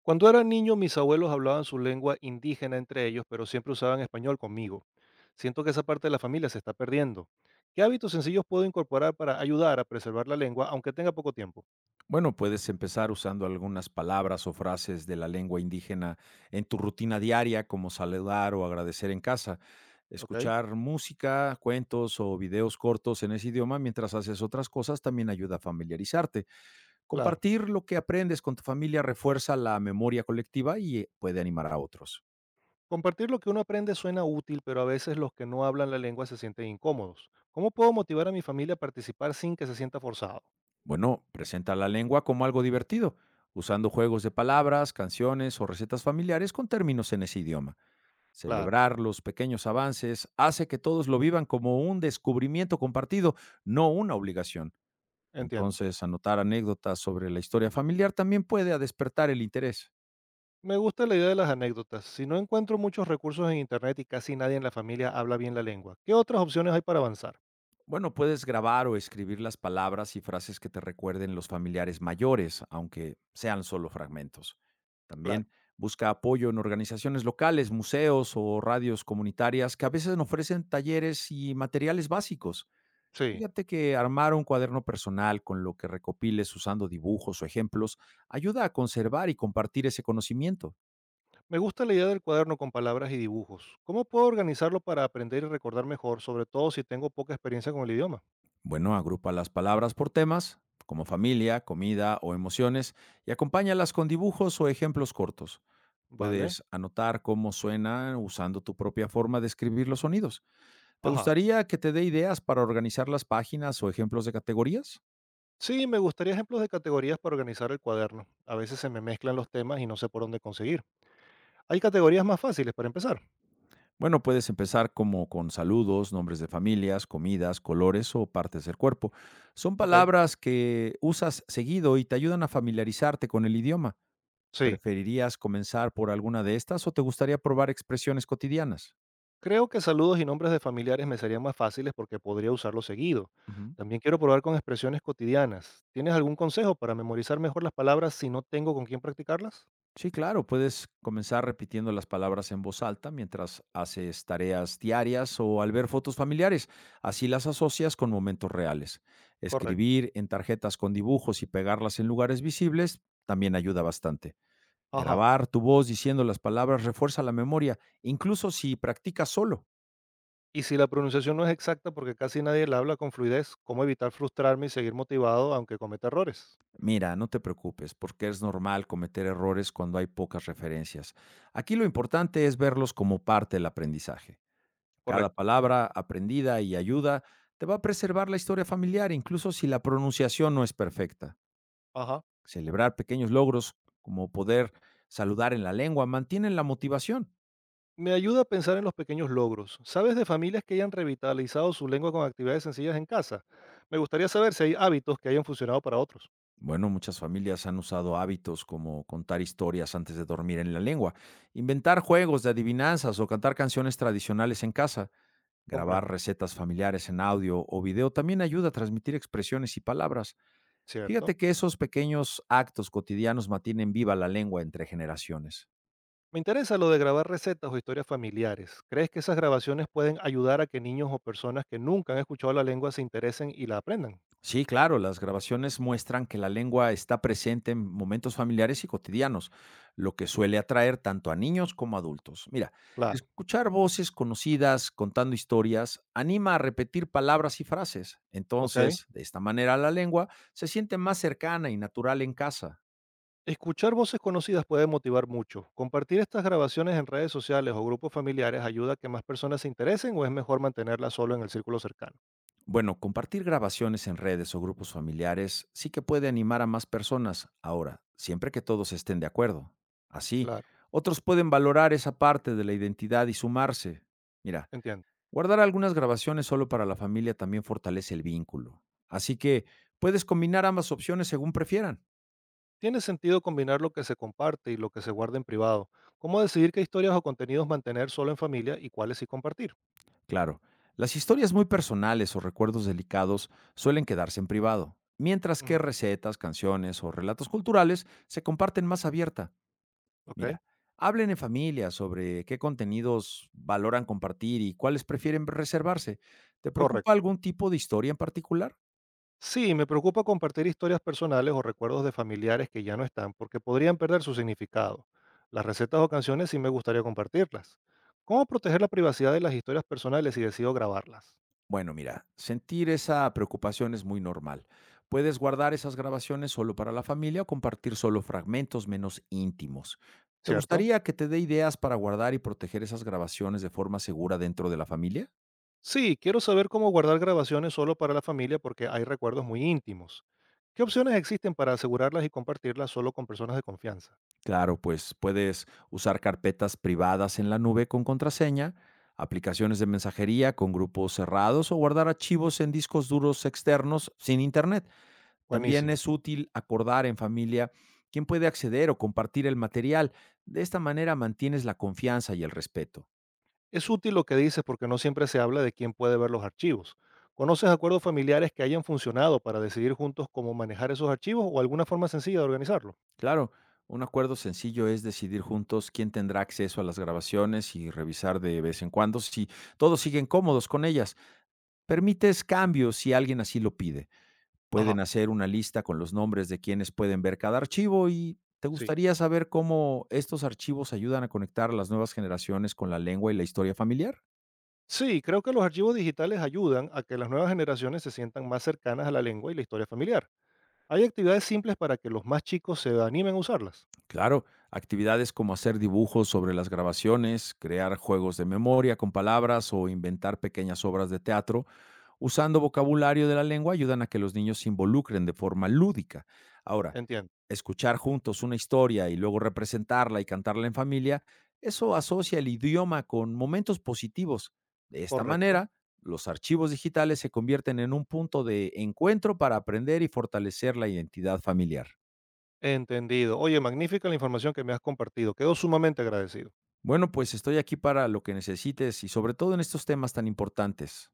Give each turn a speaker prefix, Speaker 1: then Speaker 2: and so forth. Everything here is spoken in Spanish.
Speaker 1: Cuando era niño, mis abuelos hablaban su lengua indígena entre ellos, pero siempre usaban español conmigo. Siento que esa parte de la familia se está perdiendo. ¿Qué hábitos sencillos puedo incorporar para ayudar a preservar la lengua, aunque tenga poco tiempo?
Speaker 2: Bueno, puedes empezar usando algunas palabras o frases de la lengua indígena en tu rutina diaria, como saludar o agradecer en casa.
Speaker 1: ¿Ok?
Speaker 2: Escuchar música, cuentos o videos cortos en ese idioma mientras haces otras cosas también ayuda a familiarizarte.
Speaker 1: Claro.
Speaker 2: Compartir lo que aprendes con tu familia refuerza la memoria colectiva y puede animar a otros.
Speaker 1: Compartir lo que uno aprende suena útil, pero a veces los que no hablan la lengua se sienten incómodos. ¿Cómo puedo motivar a mi familia a participar sin que se sienta forzado?
Speaker 2: Bueno, presenta la lengua como algo divertido, usando juegos de palabras, canciones o recetas familiares con términos en ese idioma.
Speaker 1: Claro,
Speaker 2: Celebrar los pequeños avances hace que todos lo vivan como un descubrimiento compartido, no una obligación.
Speaker 1: entiendo.
Speaker 2: Entonces, anotar anécdotas sobre la historia familiar también puede a despertar el interés.
Speaker 1: Me gusta la idea de las anécdotas. Si no encuentro muchos recursos en Internet y casi nadie en la familia habla bien la lengua, ¿qué otras opciones hay para avanzar?
Speaker 2: Bueno, puedes grabar o escribir las palabras y frases que te recuerden los familiares mayores, aunque sean solo fragmentos.
Speaker 1: Claro.
Speaker 2: También busca apoyo en organizaciones locales, museos o radios comunitarias que a veces ofrecen talleres y materiales básicos.
Speaker 1: Sí.
Speaker 2: Fíjate que armar un cuaderno personal con lo que recopiles usando dibujos o ejemplos ayuda a conservar y compartir ese conocimiento.
Speaker 1: Me gusta la idea del cuaderno con palabras y dibujos. ¿Cómo puedo organizarlo para aprender y recordar mejor, sobre todo si tengo poca experiencia con el idioma?
Speaker 2: Bueno, agrupa las palabras por temas, como familia, comida o emociones, y acompáñalas con dibujos o ejemplos cortos.
Speaker 1: Vale.
Speaker 2: Puedes anotar cómo suena usando tu propia forma de escribir los sonidos. ¿Te
Speaker 1: Ajá.
Speaker 2: gustaría que te dé ideas para organizar las páginas o ejemplos de categorías?
Speaker 1: Sí, me gustaría ejemplos de categorías para organizar el cuaderno. A veces se me mezclan los temas y no sé por dónde conseguir. ¿Hay categorías más fáciles para empezar?
Speaker 2: Bueno, puedes empezar como con saludos, nombres de familias, comidas, colores o partes del cuerpo. Son
Speaker 1: Ok.
Speaker 2: palabras que usas seguido y te ayudan a familiarizarte con el idioma.
Speaker 1: Sí.
Speaker 2: ¿Preferirías comenzar por alguna de estas o te gustaría probar expresiones cotidianas?
Speaker 1: Creo que saludos y nombres de familiares me serían más fáciles porque podría usarlos seguido.
Speaker 2: Ujú.
Speaker 1: También quiero probar con expresiones cotidianas. ¿Tienes algún consejo para memorizar mejor las palabras si no tengo con quién practicarlas?
Speaker 2: Sí, claro, puedes comenzar repitiendo las palabras en voz alta mientras haces tareas diarias o al ver fotos familiares. Así las asocias con momentos reales.
Speaker 1: Correcto.
Speaker 2: Escribir en tarjetas con dibujos y pegarlas en lugares visibles también ayuda bastante.
Speaker 1: Ajá.
Speaker 2: Grabar tu voz diciendo las palabras refuerza la memoria, incluso si practicas solo.
Speaker 1: Y si la pronunciación no es exacta porque casi nadie la habla con fluidez, ¿cómo evitar frustrarme y seguir motivado aunque cometa errores?
Speaker 2: Mira, no te preocupes, porque es normal cometer errores cuando hay pocas referencias. Aquí lo importante es verlos como parte del aprendizaje. Cada
Speaker 1: Correcto.
Speaker 2: palabra aprendida y ayuda te va a preservar la historia familiar, incluso si la pronunciación no es perfecta.
Speaker 1: Ajá.
Speaker 2: Celebrar pequeños logros, como poder saludar en la lengua, mantienen la motivación.
Speaker 1: Me ayuda a pensar en los pequeños logros. ¿Sabes de familias que hayan revitalizado su lengua con actividades sencillas en casa? Me gustaría saber si hay hábitos que hayan funcionado para otros.
Speaker 2: Bueno, muchas familias han usado hábitos como contar historias antes de dormir en la lengua, inventar juegos de adivinanzas o cantar canciones tradicionales en casa, grabar
Speaker 1: Comprendo.
Speaker 2: recetas familiares en audio o video también ayuda a transmitir expresiones y palabras.
Speaker 1: ¿Cierto?
Speaker 2: Fíjate que esos pequeños actos cotidianos mantienen viva la lengua entre generaciones.
Speaker 1: Me interesa lo de grabar recetas o historias familiares. ¿Crees que esas grabaciones pueden ayudar a que niños o personas que nunca han escuchado la lengua se interesen y la aprendan?
Speaker 2: Sí, claro, las grabaciones muestran que la lengua está presente en momentos familiares y cotidianos, lo que suele atraer tanto a niños como a adultos. Mira,
Speaker 1: Claro.
Speaker 2: escuchar voces conocidas contando historias anima a repetir palabras y frases.
Speaker 1: ¿Ok?
Speaker 2: Entonces, de esta manera la lengua se siente más cercana y natural en casa.
Speaker 1: Escuchar voces conocidas puede motivar mucho. ¿Compartir estas grabaciones en redes sociales o grupos familiares ayuda a que más personas se interesen o es mejor mantenerlas solo en el círculo cercano?
Speaker 2: Bueno, compartir grabaciones en redes o grupos familiares sí que puede animar a más personas, ahora, siempre que todos estén de acuerdo. Así,
Speaker 1: Claro,
Speaker 2: otros pueden valorar esa parte de la identidad y sumarse. Mira,
Speaker 1: entiendo.
Speaker 2: guardar algunas grabaciones solo para la familia también fortalece el vínculo. Así que puedes combinar ambas opciones según prefieran.
Speaker 1: Tiene sentido combinar lo que se comparte y lo que se guarda en privado. ¿Cómo decidir qué historias o contenidos mantener solo en familia y cuáles sí compartir?
Speaker 2: Claro, las historias muy personales o recuerdos delicados suelen quedarse en privado, mientras que
Speaker 1: Ujú,
Speaker 2: recetas, canciones o relatos culturales se comparten más abierta.
Speaker 1: ok,
Speaker 2: Mira, hablen en familia sobre qué contenidos valoran compartir y cuáles prefieren reservarse. ¿Te preocupa
Speaker 1: correcto.
Speaker 2: algún tipo de historia en particular?
Speaker 1: Sí, me preocupa compartir historias personales o recuerdos de familiares que ya no están porque podrían perder su significado. Las recetas o canciones sí me gustaría compartirlas. ¿Cómo proteger la privacidad de las historias personales si decido grabarlas?
Speaker 2: Bueno, mira, sentir esa preocupación es muy normal. Puedes guardar esas grabaciones solo para la familia o compartir solo fragmentos menos íntimos. ¿Te
Speaker 1: ¿Cierto?
Speaker 2: gustaría que te dé ideas para guardar y proteger esas grabaciones de forma segura dentro de la familia?
Speaker 1: Sí, quiero saber cómo guardar grabaciones solo para la familia porque hay recuerdos muy íntimos. ¿Qué opciones existen para asegurarlas y compartirlas solo con personas de confianza?
Speaker 2: Claro, pues puedes usar carpetas privadas en la nube con contraseña, aplicaciones de mensajería con grupos cerrados o guardar archivos en discos duros externos sin internet. También
Speaker 1: Buenísimo.
Speaker 2: es útil acordar en familia quién puede acceder o compartir el material. De esta manera mantienes la confianza y el respeto.
Speaker 1: Es útil lo que dices porque no siempre se habla de quién puede ver los archivos. ¿Conoces acuerdos familiares que hayan funcionado para decidir juntos cómo manejar esos archivos o alguna forma sencilla de organizarlo?
Speaker 2: Claro, un acuerdo sencillo es decidir juntos quién tendrá acceso a las grabaciones y revisar de vez en cuando si todos siguen cómodos con ellas. Permites cambios si alguien así lo pide. Pueden
Speaker 1: Ajá,
Speaker 2: hacer una lista con los nombres de quienes pueden ver cada archivo. Y ¿te
Speaker 1: sí.
Speaker 2: gustaría saber cómo estos archivos ayudan a conectar a las nuevas generaciones con la lengua y la historia familiar?
Speaker 1: Sí, creo que los archivos digitales ayudan a que las nuevas generaciones se sientan más cercanas a la lengua y la historia familiar. Hay actividades simples para que los más chicos se animen a usarlas.
Speaker 2: Claro, actividades como hacer dibujos sobre las grabaciones, crear juegos de memoria con palabras o inventar pequeñas obras de teatro usando vocabulario de la lengua ayudan a que los niños se involucren de forma lúdica. Ahora,
Speaker 1: Entiendo.
Speaker 2: escuchar juntos una historia y luego representarla y cantarla en familia, eso asocia el idioma con momentos positivos. De esta
Speaker 1: Correcto.
Speaker 2: manera, los archivos digitales se convierten en un punto de encuentro para aprender y fortalecer la identidad familiar.
Speaker 1: Entendido. Oye, magnífica la información que me has compartido. Quedo sumamente agradecido.
Speaker 2: Bueno, pues estoy aquí para lo que necesites y sobre todo en estos temas tan importantes.